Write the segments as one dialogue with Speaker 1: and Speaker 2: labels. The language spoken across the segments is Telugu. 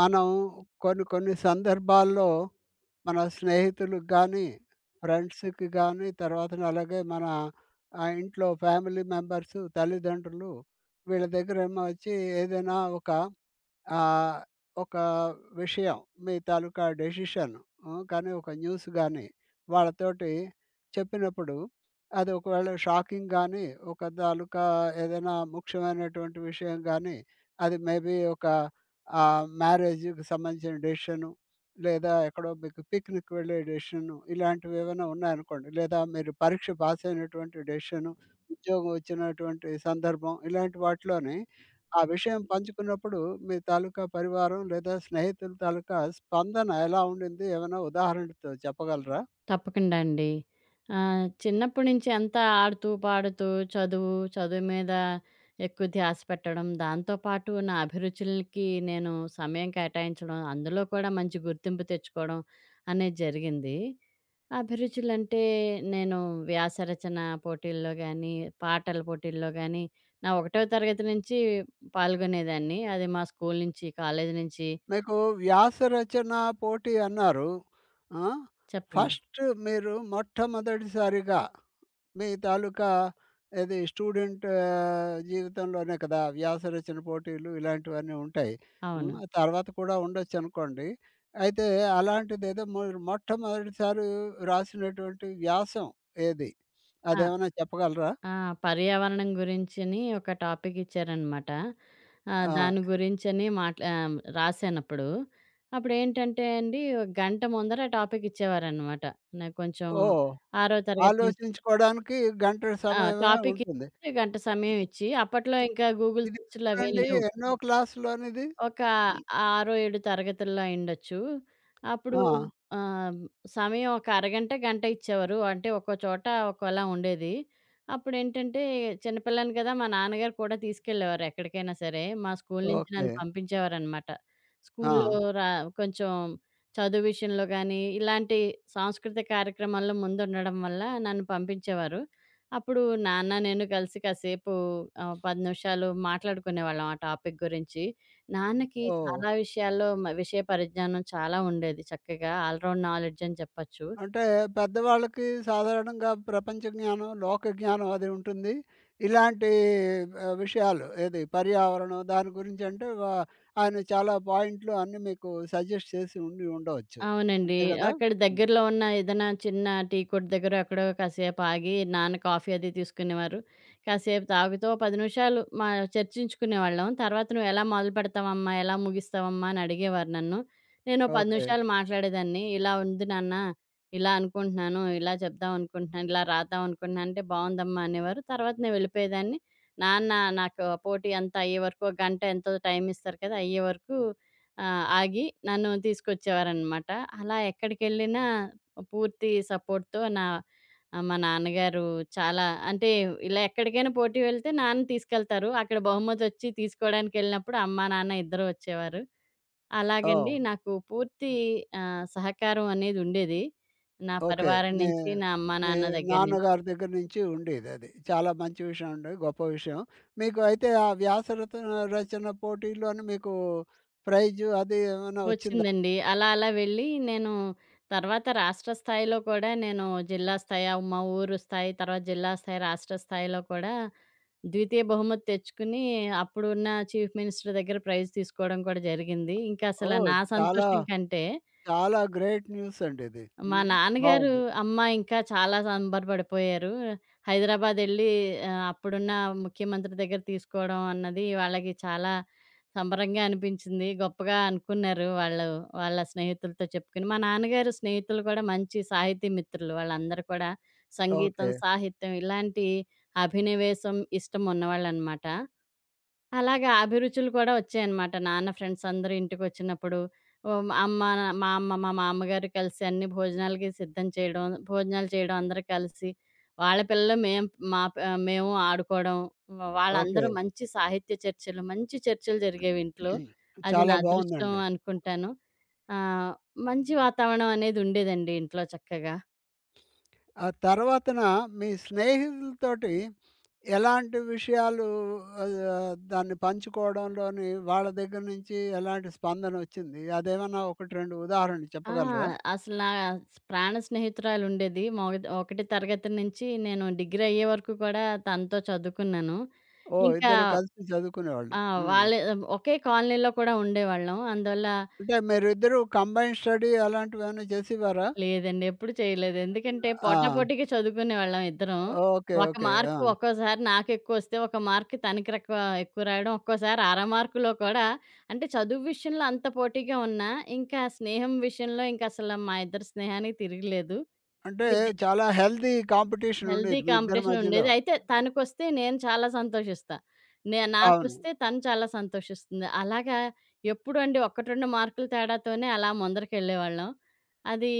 Speaker 1: మనం కొన్ని కొన్ని సందర్భాల్లో మన స్నేహితులకు గానీ, ఫ్రెండ్స్‌కి గానీ, తర్వాతన అలాగే మన ఇంట్లో ఫ్యామిలీ మెంబర్స్, తల్లిదండ్రులు వీళ్ళ దగ్గరేమో వచ్చి ఏదైనా ఆహ్, ఒక విషయం, మీ తాలూకా డెసిషన్. కానీ ఒక న్యూస్ గాని వాళ్ళతోటి చెప్పినప్పుడు అది ఒకవేళ షాకింగ్ గాని, ఒక తాలూకా ఏదైనా ముఖ్యమైనటువంటి విషయం గాని, అది మేబీ ఒక మ్యారేజ్‌కి సంబంధించిన డెసిషను, లేదా ఎక్కడో మీకు పిక్‌నిక్ వెళ్ళే డెసిషను, ఇలాంటివి ఏమైనా ఉన్నాయనుకోండి. లేదా మీరు పరీక్ష పాస్ అయినటువంటి డెసిషను, ఉద్యోగం వచ్చినటువంటి సందర్భం, ఇలాంటి వాటిలోని ఆ విషయం పంచుకున్నప్పుడు మీ తాలూకా పరివారం లేదా స్నేహితుల తాలూకా స్పందన ఎలా ఉండింది? ఏమైనా ఉదాహరణతో చెప్పగలరా?
Speaker 2: తప్పకుండా అండి. చిన్నప్పటి నుంచి అంతా ఆడుతూ, పాడుతూ చదువు మీద ఎక్కువ ధ్యాస పెట్టడం, దాంతో పాటు నా అభిరుచులకి నేను సమయం కేటాయించడం, అందులో కూడా మంచి గుర్తింపు తెచ్చుకోవడం అనేది జరిగింది. అభిరుచులంటే నేను వ్యాస రచన పోటీల్లో గానీ, పాటల పోటీల్లో గానీ, నా ఒకటో తరగతి నుంచి పాల్గొనేదాన్ని. అది మా స్కూల్ నుంచి, కాలేజీ నుంచి
Speaker 1: మీకు వ్యాస రచన పోటీ అన్నారు. ఆ!
Speaker 2: చెప్పండి.
Speaker 1: ఫస్ట్, మీరు మొట్టమొదటిసారిగా మీ తాలూకా ఏది స్టూడెంట్ జీవితంలోనే కదా! వ్యాసరచన పోటీలు ఇలాంటివన్నీ ఉంటాయి. హ్మ్.
Speaker 2: అవును.
Speaker 1: తర్వాత కూడా ఉండొచ్చనుకోండి. అయితే అలాంటిదేదో మీరు మొట్టమొదటిసారి రాసినటువంటి వ్యాసం ఏది?
Speaker 2: ఆ!
Speaker 1: అదేమన్నా చెప్పగలరా?
Speaker 2: ఆ! పర్యావరణం గురించని ఒక టాపిక్ ఇచ్చారనమాట.
Speaker 1: ఆ!
Speaker 2: దాని గురించని రాసానప్పుడు, అప్పుడేంటంటే అండి, ఒక గంట ముందర టాపిక్ ఇచ్చేవారనమాట. నాకు కొంచెం
Speaker 1: ఓహ్!
Speaker 2: ఆరో తరగతి నుంచి.
Speaker 1: ఆలోచించుకోవడానికి గంట
Speaker 2: ఆ!
Speaker 1: సమయమే
Speaker 2: టాపిక్
Speaker 1: ఉంటుంది.
Speaker 2: ఇచ్చి, గంట సమయం ఇచ్చి, అప్పట్లో ఇంకా గూగుల్
Speaker 1: ఇది
Speaker 2: సెర్చ్‌లు అవేం
Speaker 1: ఎప్పుడండి
Speaker 2: లేవు.
Speaker 1: ఎన్నో క్లాస్‌లోనిది?
Speaker 2: ఒక ఆరో, ఏడో తరగతుల్లో అయ్యుండొచ్చు. అప్పుడు.
Speaker 1: ఆ!
Speaker 2: ఆహ్, సమయం ఒక అరగంట, గంట ఇచ్చేవారు. అంటే ఒక్కో చోట ఒక్కోలా ఉండేది. అప్పుడేంటంటే చిన్నపిల్లని కదా! మా నాన్నగారు కూడా తీసుకెళ్ళేవారు ఎక్కడికైనా సరే. మా స్కూల్ నుంచి
Speaker 1: ఓకే.
Speaker 2: నన్ను పంపించేవారనమాట.
Speaker 1: ఆ!
Speaker 2: స్కూల్లో రా కొంచెం చదువు విషయంలో గానీ, ఇలాంటి సాంస్కృతిక కార్యక్రమాల్లో ముందుండడం వల్ల నన్ను పంపించేవారు. అప్పుడు నాన్న, నేను కలిసి కాసేపు 10 నిమిషాలు మాట్లాడుకునేవాళ్ళం ఆ టాపిక్ గురించి. నాన్నకి
Speaker 1: ఓహ్!
Speaker 2: చాలా విషయాల్లో విషయ పరిజ్ఞానం చాలా ఉండేది. చక్కగా ఆల్ రౌండ్ నాలెడ్జ్ అని చెప్పొచ్చు.
Speaker 1: అంటే పెద్దవాళ్ళకి సాధారణంగా ప్రపంచ జ్ఞానం, లోక జ్ఞానం అది ఉంటుంది. ఇలాంటి విషయాలు, ఏది పర్యావరణం దాని గురించి అంటే, ఆయన చాలా పాయింట్లు అన్నీ మీకు సజెస్ట్ చేసి ఉండి ఉండవచ్చు.
Speaker 2: అవునండి.
Speaker 1: అంతే గదా!
Speaker 2: అక్కడ
Speaker 1: హ్మ్.
Speaker 2: దగ్గరలో ఉన్న ఏదైనా చిన్న టీ కొట్టు దగ్గరో, ఎక్కడో కాసేపు ఆగి నాన్న కాఫీ అది తీసుకునేవారు. కాసేపు తాగుతూ ఓ 10 నిమిషాలు చర్చించుకునేవాళ్ళం. తర్వాత "నువ్వు ఎలా మొదలుపెడతావమ్మా? ఎలా ముగిస్తావమ్మా?" అని అడిగేవారు నన్ను. నేను ఓ 10
Speaker 1: ఓకే.
Speaker 2: నిమిషాలు మాట్లాడేదాన్ని. "ఇలా ఉంది నాన్న. ఇలా అనుకుంటున్నాను. ఇలా చెప్దామనుకుంటున్నాను. ఇలా రాద్దామనుకుంటున్నాను" అంటే "బావుందమ్మా" అనేవారు. తర్వాత నేను వెళ్ళిపోయేదాన్ని. నాన్న నాకు పోటీ అంతా అయ్యేవరకు ఒక గంట ఎంతో టైమిస్తారు కదా! అయ్యేవరకు ఆ! ఆగి నన్ను తీసుకొచ్చేవారనమాట. అలా ఎక్కడికెళ్ళినా పూర్తి సపోర్ట్‌తో నా, మా నాన్నగారు చాలా, అంటే ఇలా ఎక్కడికైనా పోటీ వెళ్తే నాన్న తీసుకెళ్తారు. అక్కడ బహుమతొచ్చి తీసుకోవడానికెళ్ళినప్పుడు అమ్మ, నాన్న ఇద్దరూ వచ్చేవారు.
Speaker 1: ఓహ్!
Speaker 2: అలాగండి నాకు పూర్తి సహకారం అనేది ఉండేది. నా
Speaker 1: ఓకే.
Speaker 2: పరివారం
Speaker 1: మీ
Speaker 2: నుంచి, నా అమ్మ,
Speaker 1: మీ
Speaker 2: నాన్న దగ్గర నుంచి.
Speaker 1: నాన్నగారి దగ్గర నుంచి ఉండేదది. చాలా మంచి విషయం అండి. గొప్ప విషయం. మీకు అయితే ఆ వ్యాస రత రచన పోటీలోని మీకు ప్రైజు అది ఏమైనా వచ్చిందా?
Speaker 2: వచ్చిందండి. అలా అలా వెళ్ళి నేను తర్వాత రాష్ట్ర స్థాయిలో కూడా నేను జిల్లా స్థాయి, ఆ మా ఊరు స్థాయి, తర్వాత జిల్లా స్థాయి, రాష్ట్ర స్థాయిలో కూడా ద్వితీయ బహుమతి తెచ్చుకుని అప్పుడున్న చీఫ్ మినిస్టర్ దగ్గర ప్రైజ్ తీసుకోవడం కూడా జరిగింది. ఇంకా అసల
Speaker 1: ఓహ్!
Speaker 2: నా
Speaker 1: చాలా
Speaker 2: సంతోషం కంటే
Speaker 1: చాలా గ్రేట్ న్యూస్ అండి ఇది.
Speaker 2: మా
Speaker 1: హ్మ్.
Speaker 2: నాన్నగారు,
Speaker 1: బావుంది.
Speaker 2: అమ్మ ఇంకా చాలా సంబరపడిపోయారు. హైదరాబాదెళ్ళి అప్పుడున్న ముఖ్యమంత్రి దగ్గర తీసుకోవడం అన్నది వాళ్ళకి చాలా సంబరంగా అనిపించింది. గొప్పగా అనుకున్నారు వాళ్ళు. వాళ్ళ స్నేహితులతో చెప్పుకుని. మా నాన్నగారు స్నేహితులు కూడా మంచి సాహితీ మిత్రులు. వాళ్ళందరూ కూడా సంగీతం,
Speaker 1: ఓకే.
Speaker 2: సాహిత్యం ఇలాంటి అభినివేశం ఇష్టం ఉన్నవాళ్ళనమాట. అలాగా అభిరుచులు కూడా వచ్చాయనమాట. నాన్న ఫ్రెండ్స్ అందరూ ఇంటికొచ్చినప్పుడు, అమ్మ, మా అమ్మ, మా మామ్మగారు కలిసి అన్ని భోజనాలకి సిద్ధం చేయడం, భోజనాలు చేయడం అందరూ కలిసి, వాళ్ళ పిల్లలు మేం మా పి మేము ఆడుకోవడం, వ హ్మ్.
Speaker 1: ఓకే.
Speaker 2: వాళ్ళందరూ మంచి సాహిత్య చర్చలు, మంచి చర్చలు జరిగేవి ఇంట్లో. అది
Speaker 1: చాలా
Speaker 2: నా అదృష్టం
Speaker 1: బావుందండి.
Speaker 2: అనుకుంటాను. ఆహ్, మంచి వాతావరణం అనేది ఉండేదండి ఇంట్లో చక్కగా.
Speaker 1: ఆ తర్వాతన మీ స్నేహితులతోటి ఎలాంటి విషయాలు, దాన్ని పంచుకోవడంలోని వాళ్ళ దగ్గర నుంచి ఎలాంటి స్పందన వచ్చింది? అదేమన్నా 1, 2 ఉదాహరణలు
Speaker 2: ఆ!
Speaker 1: చెప్పగలరా?
Speaker 2: అసలు నా ప్రాణ స్నేహితురాలుండేది. ఒకటి తరగతి నుంచి నేను డిగ్రీ అయ్యే వరకు కూడా తనతో చదువుకున్నాను.
Speaker 1: ఓహ్!
Speaker 2: ఇంకా
Speaker 1: ఇద్దరు కలిసి చదువుకునేవాళ్ళు.
Speaker 2: ఆ!
Speaker 1: హ్మ్.
Speaker 2: వాళ్ళే ఒకే కాలనీలో కూడా ఉండేవాళ్ళం. అందువల్ల
Speaker 1: అంటే మీరిద్దరూ కంబైన్డ్ స్టడీ అలాంటివేమైనా చేసేవారా?
Speaker 2: లేదండి ఎప్పుడు చేయలేదు. ఎందుకంటే
Speaker 1: ఆ!
Speaker 2: పోటాపోటీగా చదువుకునేవాళ్ళం ఇద్దరం.
Speaker 1: ఓకే.
Speaker 2: ఒక
Speaker 1: ఓకే. ఆ!
Speaker 2: మార్కు ఒక్కోసారి నాకెక్కువొస్తే, ఒక మార్క్ తనకి ఎక్కువ రాయడం. ఒక్కోసారి అర మార్కులో కూడా, అంటే చదువు విషయంలో అంత పోటీగా ఉన్నా, ఇంకా స్నేహం విషయంలో ఇంకసల మా ఇద్దరి స్నేహానికి తిరగలేదు.
Speaker 1: అంటే చాలా హెల్తీ కాంపిటీషన్
Speaker 2: హెల్తీ
Speaker 1: ఉండేది మీ ఇద్దరి
Speaker 2: కాంపిటీషన్
Speaker 1: మధ్యలో.
Speaker 2: ఉండేది. అయితే తనకొస్తే నేను చాలా సంతోషిస్తా.
Speaker 1: అవును.
Speaker 2: నాకొస్తే తను చాలా సంతోషిస్తుంది. అలాగా ఎప్పుడండి 1, 2 మార్కుల తేడాతోనే అలా ముందరకెళ్ళేవాళ్ళం. అది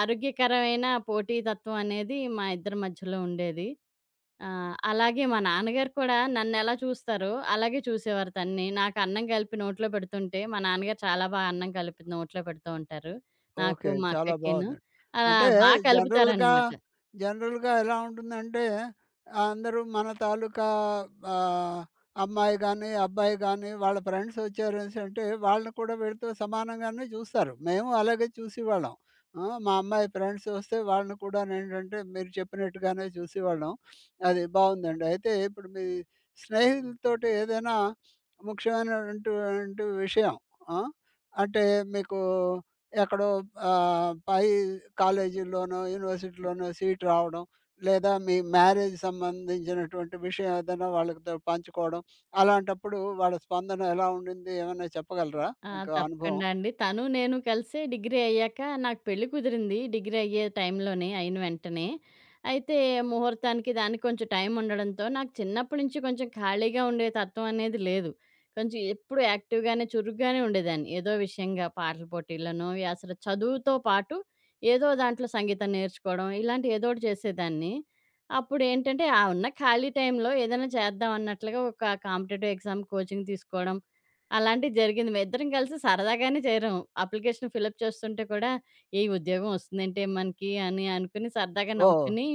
Speaker 2: ఆరోగ్యకరమైన పోటీతత్వం అనేది మా ఇద్దరి మధ్యలో ఉండేది. అలాగే మా నాన్నగారు కూడా నన్నెలా చూస్తారో అలాగే చూసేవారు తనని. నాకు అన్నం కలిపి నోట్లో పెడుతుంటే మా నాన్నగారు చాలా బాగా అన్నం కలిపి నోట్లో పెడుతూ ఉంటారు. నాకు,
Speaker 1: ఓకే.
Speaker 2: మా
Speaker 1: చాలా
Speaker 2: అక్కకిను.
Speaker 1: బావుందండి.
Speaker 2: అలా
Speaker 1: అంటే
Speaker 2: బా
Speaker 1: జనరల్‌గా,
Speaker 2: కలుపుతారనమాట.
Speaker 1: జనరల్‌గా ఎలా ఉంటుందంటే, అందరూ మన తాలూకా ఆహ్, అమ్మాయి గానీ, అబ్బాయి గానీ, వాళ్ళ ఫ్రెండ్స్ వచ్చారనేసంటే, వాళ్ళని కూడా వీళ్ళతో సమానంగానే చూస్తారు. మేము అలాగే చూసేవాళ్ళం. ఆ! మా అమ్మాయి ఫ్రెండ్స్ వస్తే వాళ్ళని కూడానేంటంటే, మీరు చెప్పినట్టుగానే చూసేవాళ్ళం. అది బావుందండి. అయితే ఇప్పుడు మీ స్నేహితులతోటి ఏదైనా ముఖ్యమైనటువంటి విషయం, ఆ! అంటే మీకు ఎక్కడో పై కాలేజీల్లోనో, యూనివర్సిటీలోనో సీట్ రావడం, లేదా మీ మ్యారేజ్ సంబంధించినటువంటి విషయం ఏదైనా వాళ్ళతో పంచుకోవడం, అలాంటప్పుడు వాళ్ళ స్పందన ఎలా ఉండింది? ఏమైనా చెప్పగలరా?
Speaker 2: ఆ!
Speaker 1: మీకు అనుభవం?
Speaker 2: తప్పకుండా అండి. తను నేను కలిసి డిగ్రీ అయ్యాక నాకు పెళ్లి కుదిరింది. డిగ్రీ అయ్యే టైంలోనే, అయిన వెంటనే. అయితే ముహూర్తానికి దానికి కొంచెం టైం ఉండడంతో నాకు చిన్నప్పటి నుంచి కొంచెం ఖాళీగా ఉండే తత్వం అనేది లేదు. కొంచెం ఎప్పుడు యాక్టివ్‌గానే, చురుగ్గానే ఉండేదాన్ని. ఏదో విషయంగా పాటల పోటీల్లోనో, అసలు చదువుతో పాటు ఏదో దాంట్లో సంగీతం నేర్చుకోవడం ఇలాంటి ఏదో ఒకటి చేసేదాన్ని. అప్పుడేంటంటే ఆ ఉన్న ఖాళీ టైంలో ఏదైనా చేద్దాం అన్నట్లుగా ఒక కాంపిటేటివ్ ఎగ్జామ్ కోచింగ్ తీసుకోవడం, అలాంటిది జరిగింది. మేమిద్దరం కలిసి సరదాగానే చేరాం. అప్లికేషన్ ఫిలప్ చేస్తుంటే కూడా, "ఏ ఉద్యోగం వస్తుందేంటే మనకి" అని అనుకుని సరదాగా
Speaker 1: ఓహ్!
Speaker 2: నవ్వుకుని,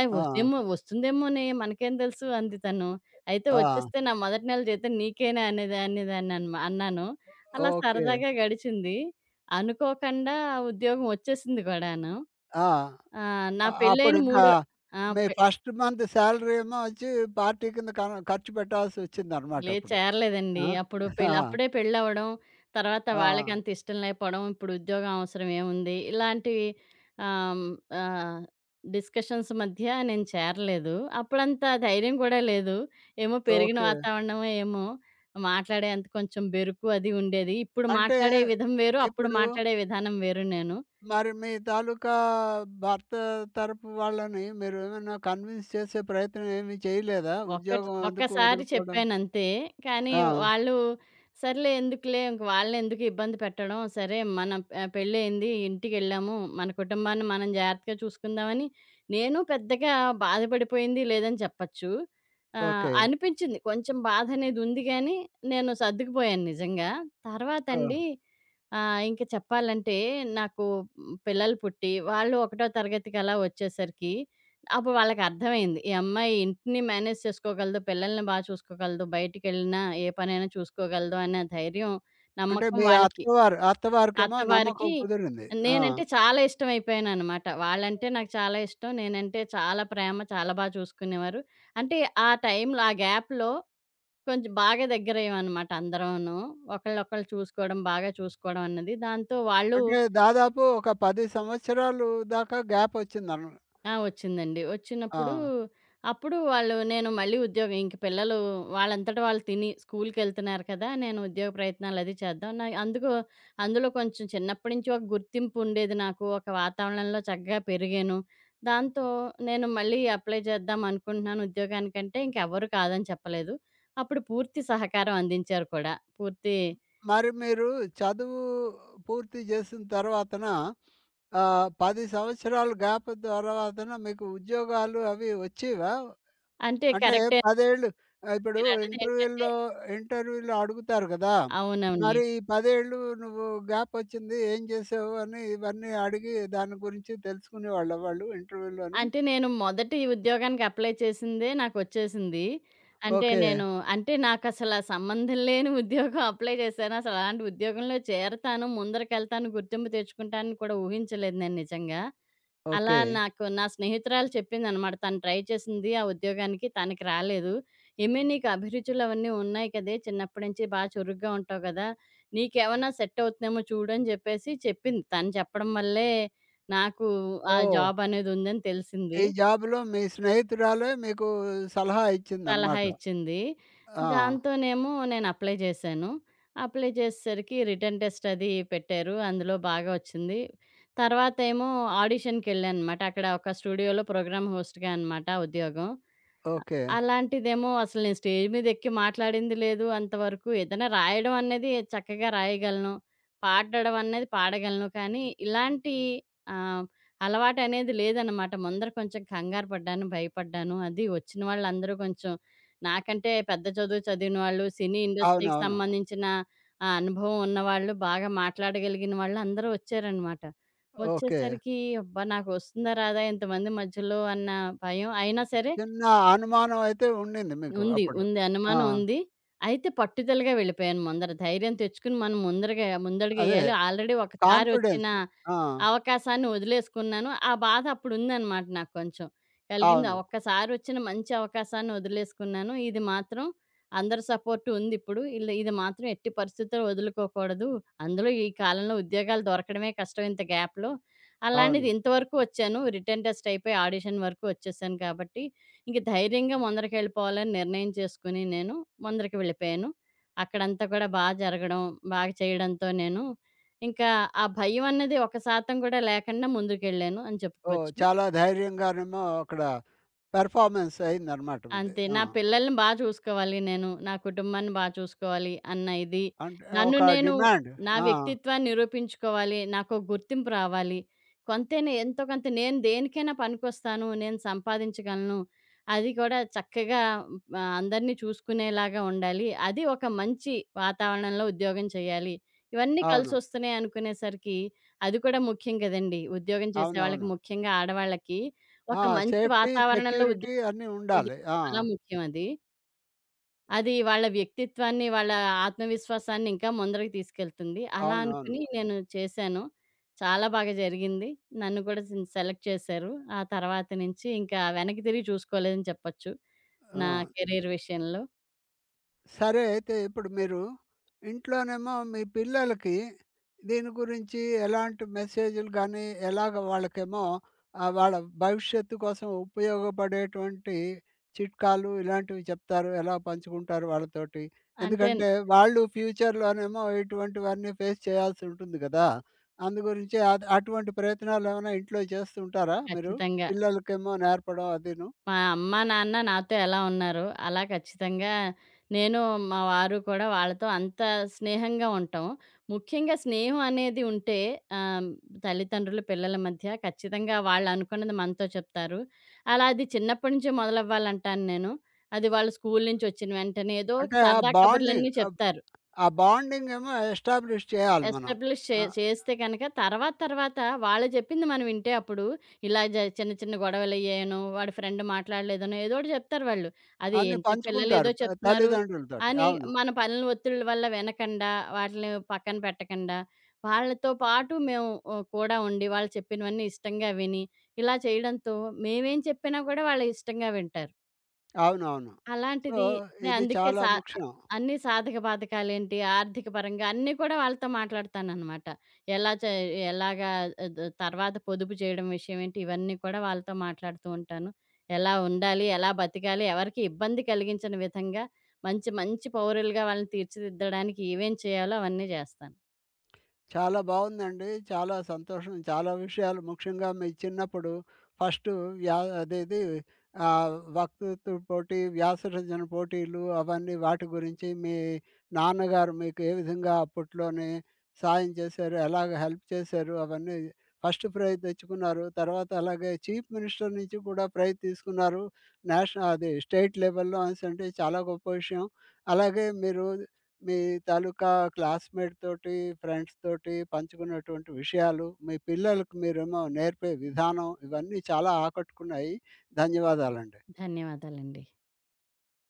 Speaker 2: "ఏయ్!
Speaker 1: ఆ!
Speaker 2: వస్తేమో వస్తుందేమోనే మనకేం తెలుసు" అంది తను. అయితే
Speaker 1: ఆ!
Speaker 2: "వచ్చేస్తే నా మొదటి నెల జీతం నీకేనా" అనేది అన్నాను. అలా
Speaker 1: ఓకే.
Speaker 2: సరదాగా గడిచింది. అనుకోకుండా ఆ ఉద్యోగం వచ్చేసింది కూడాను.
Speaker 1: ఆ!
Speaker 2: నా పెళ్ళైన
Speaker 1: అప్పుడింకా
Speaker 2: మూడో. ఆ!
Speaker 1: మీ
Speaker 2: పె
Speaker 1: ఫస్ట్ మంత్ సాలరీ ఏమో వచ్చి పార్టీ కింద ఖర్చు పెట్టాల్సొచ్చిందనమాట
Speaker 2: లేదు.
Speaker 1: అప్పుడు.
Speaker 2: చేరలేదండి.
Speaker 1: ఆ!
Speaker 2: అప్పుడు
Speaker 1: ఆ!
Speaker 2: అప్పుడే పెళ్ళవ్వడం, తర్వాత
Speaker 1: ఆ!
Speaker 2: వాళ్ళకంత ఇష్టం లేకపోవడం, ఇప్పుడు ఉద్యోగం అవసరం ఏముంది? ఇలాంటివి, ఆహ్, ఆహ్, డిస్కషన్స్ మధ్య నేను చేరలేదు. అప్పుడంత ధైర్యం కూడా లేదు. ఏమో పెరిగిన
Speaker 1: ఓకే.
Speaker 2: వాతావరణమో ఏమో! మాట్లాడే అంత కొంచెం బెరుకు అది ఉండేది. ఇప్పుడు
Speaker 1: అంటే
Speaker 2: మాట్లాడే విధం వేరు, అప్పుడు
Speaker 1: ఇప్పుడు
Speaker 2: మాట్లాడే విధానం వేరు నేను.
Speaker 1: మరి మీ తాలూకా భర్త తరపు వాళ్ళని మీరేమైనా కన్విన్స్ చేసే ప్రయత్నం ఏమీ చేయలేదా? ఉద్యోగం ఎందుకు
Speaker 2: ఒక్కసారి
Speaker 1: వదులుకోవడం?
Speaker 2: చెప్పానంతే. కానీ
Speaker 1: ఆ!
Speaker 2: వాళ్ళు. సర్లే ఎందుకులే ఇంక వాళ్ళనెందుకు ఇబ్బంది పెట్టడం. సరే మన, పెళ్ళయింది ఇంటికెళ్ళాము. మన కుటుంబాన్ని మనం జాగ్రత్తగా చూసుకుందామని నేను పెద్దగా బాధపడిపోయింది లేదని చెప్పచ్చు.
Speaker 1: ఓకే.
Speaker 2: అనిపించింది. కొంచెం బాధనేదుంది గానీ, నేను సర్దుకుపోయాను నిజంగా.
Speaker 1: ఆ!
Speaker 2: తర్వాతండి, ఇంక చెప్పాలంటే నాకు, పిల్లలు పుట్టి, వాళ్ళు ఒకటో తరగతికి అలా వచ్చేసరికి అప్పుడు వాళ్ళకర్థమైంది. ఈ అమ్మాయి ఇంటిని మేనేజ్ చేసుకోగలదు, పిల్లల్ని బా చూసుకోగలదు, బయటికెళ్ళినా ఏ పనైనా చూసుకోగలదు అనే ధైర్యం,
Speaker 1: అంటే
Speaker 2: నమ్మకం
Speaker 1: మీ
Speaker 2: వాళ్ళకి.
Speaker 1: అత్తవారికేమో నమ్మకం
Speaker 2: అత్తవారికి
Speaker 1: కుదిరింది. ఆ!
Speaker 2: నేనంటే చాలా ఇష్టమైపోయాననమాట. వాళ్ళంటే నాకు చాలా ఇష్టం. నేనంటే చాలా ప్రేమ, చాలా బా చూసుకునేవారు. అంటే ఆ టైంలో, ఆ గ్యాప్‌లో కొంచెం బాగా దగ్గరయ్యామనమాట అందరమును. ఒకళ్ళనొకళ్ళు చూసుకోవడం, బాగా చూసుకోవడం అన్నది. దాంతో వాళ్ళు.
Speaker 1: అంటే దాదాపు ఒక 10 సంవత్సరాలు దాకా గ్యాపొచ్చిందన.
Speaker 2: వచ్చిందండి.
Speaker 1: ఆ!
Speaker 2: వచ్చినప్పుడు అప్పుడు వాళ్ళు నేను మళ్ళీ ఉద్యోగం ఇంక పిల్లలు వాళ్ళంతట వాళ్ళు తిని స్కూల్‌కెళ్తున్నారు కదా! నేను ఉద్యోగ ప్రయత్నాలది చేద్దాం. నా అందుకు, అందులో కొంచెం చిన్నప్పటి నుంచి ఒక గుర్తింపు ఉండేది నాకు. ఒక వాతావరణంలో చక్కగా పెరిగాను. దాంతో నేను మళ్ళీ అప్లై చేద్దాం అనుకుంటున్నాను ఉద్యోగానికంటే ఇంకెవ్వరు కాదని చెప్పలేదు. అప్పుడు పూర్తి సహకారం అందించారు కూడా. పూర్తి,
Speaker 1: మరి మీరు చదువు పూర్తి చేసిన తర్వాతన 10 సంవత్సరాలు గ్యాప్ తర్వాతన మీకు ఉద్యోగాలు అవి వచ్చేవా?
Speaker 2: అంటే
Speaker 1: అంటే
Speaker 2: కరెక్టే,
Speaker 1: 10 ఏళ్ళు, ఇప్పుడు
Speaker 2: మీరన్నదేంటంటే
Speaker 1: ఇంటర్వ్యూ‌లో ఇంటర్వ్యూ‌లో అడుగుతారు గదా!
Speaker 2: అవునండి.
Speaker 1: మరి ఈ 10 ఏళ్ళు నువ్వు గ్యాప్ వచ్చింది ఏం చేసావు అని ఇవన్నీ అడిగి దాని గురించి తెలుసుకునేవాళ్ళా వాళ్ళు ఇంటర్వ్యూ‌లోని?
Speaker 2: అంటే నేను మొదటి ఉద్యోగానికి అప్లై చేసిందే నాకొచ్చేసింది. అంటే
Speaker 1: ఓకే.
Speaker 2: నేను, అంటే నాకసల సంబంధం లేని ఉద్యోగం అప్లై చేశాను. అసలు అలాంటి ఉద్యోగంలో చేరతాను, ముందరకెళ్తాను, గుర్తింపు తెచ్చుకుంటానని కూడా ఊహించలేదు నేను నిజంగా. అలా
Speaker 1: ఓకే.
Speaker 2: నాకు నా స్నేహితురాలు చెప్పిందనమాట. తను ట్రై చేసింది ఆ ఉద్యోగానికి. తనకి రాలేదు. "ఏమే నీకు అభిరుచులవన్నీ ఉన్నాయి కదే! చిన్నప్పటి నుంచి బా చురుగ్గా ఉంటావు కదా! నీకేమన్నా సెట్ అవుతుందేమో చూడు" అని చెప్పేసి చెప్పింది. తను చెప్పడం వల్లే నాకు ఆ
Speaker 1: ఓహ్!
Speaker 2: జాబ్ అనేది ఉందని తెలిసింది.
Speaker 1: ఈ జాబ్‌లో మీ స్నేహితురాలే మీకు సలహా
Speaker 2: సలహా
Speaker 1: ఇచ్చిందనమాట.
Speaker 2: ఇచ్చింది.
Speaker 1: ఆ!
Speaker 2: దాంతోనేమో నేను అప్లై చేశాను. అప్లై చేసేసరికి రిటన్ టెస్ట్ అది పెట్టారు. అందులో బాగా వచ్చింది. తర్వాతేమో ఆడిషన్‌కెళ్ళాననమాట. అక్కడ ఒక స్టూడియోలో ప్రోగ్రామ్ హోస్ట్‌గా అనమాట ఉద్యోగం.
Speaker 1: ఓకే.
Speaker 2: అలాంటిదేమో అసలు నేను స్టేజ్ మీదెక్కి మాట్లాడింది లేదు అంతవరకు. ఏదైనా రాయడం అనేది చక్కగా రాయగలను. పాడడం అనేది పాడగలను. కానీ ఇలాంటి ఆహ్, అలవాటనేది లేదనమాట. ముందర కొంచెం కంగారు పడ్డాను, భయపడ్డాను. అది వచ్చిన వాళ్ళందరూ కొంచెం నాకంటే పెద్ద చదువు చదివిన వాళ్ళు, సినీ ఇండస్ట్రీకి
Speaker 1: అవునవును.
Speaker 2: సంబంధించిన అనుభవం ఉన్నవాళ్ళు, బాగా మాట్లాడగలిగిన వాళ్ళు అందరూ వచ్చారనమాట.
Speaker 1: ఓకే.
Speaker 2: వచ్చేసరికి అబ్బా! నాకొస్తుందా రాదా ఇంతమంది మధ్యలో అన్న భయం. అయినా సరే
Speaker 1: చిన్న అనుమానం అయితే ఉండింది మీకు
Speaker 2: ఉంది.
Speaker 1: అప్పుడు.
Speaker 2: ఉంది.
Speaker 1: ఆ!
Speaker 2: అనుమానం ఉంది. అయితే పట్టుదలగా వెళ్ళిపోయాను ముందర. ధైర్యం తెచ్చుకుని మనం ముందరగా
Speaker 1: అదే
Speaker 2: ముందడుగేయాలి. Already
Speaker 1: confidence.
Speaker 2: ఒకసారొచ్చిన
Speaker 1: ఆ!
Speaker 2: అవకాశాన్ని వదిలేసుకున్నాను. ఆ బాధ అప్పుడుందనమాట నాకు కొంచెం. కలిగింది.
Speaker 1: అవును.
Speaker 2: ఒక్కసారొచ్చిన మంచి అవకాశాన్ని వదిలేసుకున్నాను. ఇది మాత్రం అందరి సపోర్ట్ ఉందిప్పుడు. ఇది మాత్రం ఎట్టి పరిస్థితుల్లో వదులుకోకూడదు. అందులో ఈ కాలంలో ఉద్యోగాలు దొరకడమే కష్టం ఇంత గ్యాప్‌లో. అలాంటిది
Speaker 1: అవును.
Speaker 2: ఇంతవరకు వచ్చాను. రిటెన్ టెస్ట్ అయిపోయి ఆడిషన్ వరకు వచ్చేసాను కాబట్టి ఇంక ధైర్యంగా ముందరికెళ్ళిపోవాలని నిర్ణయం చేసుకొని నేను ముందరికి వెళ్ళిపోయాను. అక్కడంతా కూడా బా జరగడం, బాగా చేయడంతో నేను ఇంకా ఆ భయం అన్నది 1% కూడా లేకుండా ముందుకెళ్ళాను అని
Speaker 1: ఓహ్!
Speaker 2: చెప్పుకోవచ్చు.
Speaker 1: చాలా ధైర్యంగానేమో అక్కడ పెర్ఫార్మన్స్ అయిందనమాట మీది.
Speaker 2: అంతే.
Speaker 1: ఆ!
Speaker 2: నా పిల్లల్ని బా చూసుకోవాలి నేను. నా కుటుంబాన్ని బా చూసుకోవాలి అన్న ఇది.
Speaker 1: అంటే
Speaker 2: నన్ను
Speaker 1: ఒక
Speaker 2: నేను
Speaker 1: డిమాండ్.
Speaker 2: నా
Speaker 1: ఆ!
Speaker 2: వ్యక్తిత్వాన్ని నిరూపించుకోవాలి. నాకో గుర్తింపు రావాలి. కొంతైనా ఎంతో కొంత నేను దేనికైనా పనికొస్తాను. నేను సంపాదించగలను. అది కూడా చక్కగా అందరిని చూసుకునేలాగా ఉండాలి. అది ఒక మంచి వాతావరణంలో ఉద్యోగం చేయాలి. ఇవన్నీ
Speaker 1: అవును.
Speaker 2: కలిసొస్తున్నాయి అనుకునేసరికి, అది కూడా ముఖ్యం కదండీ! ఉద్యోగం చేసేవాళ్ళకి
Speaker 1: అవునవును.
Speaker 2: ముఖ్యంగా ఆడవాళ్ళకి ఒక
Speaker 1: ఆ!
Speaker 2: మంచి
Speaker 1: సేఫ్టీ,
Speaker 2: వాతావరణంలో ఉద్యోగం,
Speaker 1: సెక్యూరిటీ అన్నీ
Speaker 2: అది
Speaker 1: ఉండాలి. ఆ!
Speaker 2: చాలా ముఖ్యం అది. అది వాళ్ళ వ్యక్తిత్వాన్ని, వాళ్ళ ఆత్మవిశ్వాసాన్ని ఇంకా ముందరకి తీసుకెళ్తుంది. అలా
Speaker 1: అవునవును.
Speaker 2: అనుకుని నేను చేశాను. చాలా బాగా జరిగింది. నన్ను కూడా సెలెక్ట్ చేశారు. ఆ తర్వాత నుంచి ఇంకా వెనక్కి తిరిగి చూసుకోలేదని చెప్పొచ్చు.
Speaker 1: ఆ!
Speaker 2: నా కెరీర్ విషయంలో.
Speaker 1: సరే అయితే ఇప్పుడు మీరు ఇంట్లోనేమో మీ పిల్లలకి దీని గురించి ఎలాంటి మెసేజ్‌లు గానీ, ఎలాగ వాళ్ళకేమో వాళ్ళ భవిష్యత్తు కోసం ఉపయోగపడేటువంటి చిట్కాలు ఇలాంటివి చెప్తారు? ఎలా పంచుకుంటారు వాళ్ళతోటి?
Speaker 2: అంటే
Speaker 1: ఎందుకంటే వాళ్ళు ఫ్యూచర్‌లోనేమో ఇటువంటివన్నీ ఫేస్ చేయాల్సి ఉంటుంది గదా! అందు గురించి అటువంటి ప్రయత్నాలు ఏమైనా ఇంట్లో చేస్తుంటారా మీరు?
Speaker 2: ఖచ్చితంగా.
Speaker 1: పిల్లలకేమో నేర్పడం అదీను.
Speaker 2: మా అమ్మ, నాన్న నాతో ఎలా ఉన్నారో, అలా ఖచ్చితంగా నేను, మా వారు కూడా వాళ్ళతో అంత స్నేహంగా ఉంటాం. ముఖ్యంగా స్నేహం అనేది ఉంటే ఆహ్, తల్లిదండ్రులు, పిల్లల మధ్య ఖచ్చితంగా వాళ్ళనుకున్నది మనతో చెప్తారు. అలా అది చిన్నప్పటి నుంచే మొదలవ్వాలంటాను నేను. అది వాళ్ళు స్కూలు నుంచొచ్చిన వెంటనే ఏదో ఒక
Speaker 1: అంటే ఆ
Speaker 2: సరదా
Speaker 1: బాండింగ్
Speaker 2: కబుర్లన్నీ
Speaker 1: ఆ
Speaker 2: చెప్తారు.
Speaker 1: ఆ బాండింగ్ ఏమో ఎస్టాబ్లిష్ చేయాలి మనం.
Speaker 2: ఎస్టాబ్లిష్
Speaker 1: ఆ!
Speaker 2: చేస్తే గనక తర్వాత తర్వాత వాళ్ళు చెప్పింది మనం వింటే అప్పుడు ఇలా చిన్న చిన్న గొడవలయ్యాయనో, వాడి ఫ్రెండ్ మాట్లాడలేదనో ఏదో ఒకటి చెప్తారు వాళ్ళు. అది
Speaker 1: అన్నీ
Speaker 2: ఏంట్రా
Speaker 1: పంచుకుంటారు.
Speaker 2: పిల్లలేదో
Speaker 1: ప
Speaker 2: చెప్తున్నారు
Speaker 1: తల్లిదండ్రులతోటి.
Speaker 2: అని
Speaker 1: అవును.
Speaker 2: మన పనుల ఒత్తిళ్ళ వల్ల వినకండా, వాటిని పక్కన పెట్టకండా, వాళ్ళతో పాటు మేము కూడా ఉండి వాళ్ళు చెప్పినవన్నీ ఇష్టంగా విని, ఇలా చేయడంతో మేమేం చెప్పినా కూడా వాళ్ళు ఇష్టంగా వింటారు.
Speaker 1: అవునవును. సో,
Speaker 2: అలాంటిది నేను
Speaker 1: ఇది
Speaker 2: అందుకే
Speaker 1: చాలా ముఖ్యం.
Speaker 2: అన్ని సాధక బాధకాలేంటి, ఆర్థిక పరంగా అన్నీ కూడా వాళ్ళతో మాట్లాడతాననమాట. ఎలా చే ఎలాగా, ఆహ్, తర్వాత పొదుపు చేయడం విషయం ఏంటి, ఇవన్నీ కూడా వాళ్ళతో మాట్లాడుతూ ఉంటాను. ఎలా ఉండాలి, ఎలా బతికాలి, ఎవరికీ ఇబ్బంది కలిగించని విధంగా మంచి మంచి పౌరులుగా వాళ్ళని తీర్చిదిద్దడానికి ఏమేం చేయాలో అవన్నీ చేస్తాను.
Speaker 1: చాలా బాగుందండి. చాలా సంతోషం. చాలా విషయాలు, ముఖ్యంగా మీ చిన్నప్పుడు ఫస్ట్ అదేది వక్తృత్వ పోటీ, వ్యాసరచన పోటీలు అవన్నీ, వాటి గురించి మీ నాన్నగారు మీకు ఏ విధంగా అప్పట్లోనే సాయం చేశారు, ఎలాగ హెల్ప్ చేశారు అవన్నీ, ఫస్ట్ ప్రైజ్ తెచ్చుకున్నారు. తర్వాత అలాగే చీఫ్ మినిస్టర్ నుంచి కూడా ప్రైజ్ తీసుకున్నారు. అది స్టేట్ లెవెల్‌లో అనేసంటే చాలా గొప్ప విషయం. అలాగే మీరు మీ తాలూకా క్లాస్‌మేట్ తోటి, ఫ్రెండ్స్ తోటి పంచుకున్నటువంటి విషయాలు, మీ పిల్లలకు మీరేమో నేర్పే విధానం ఇవన్నీ చాలా ఆకట్టుకున్నాయి. ధన్యవాదాలండి.
Speaker 2: ధన్యవాదాలండి.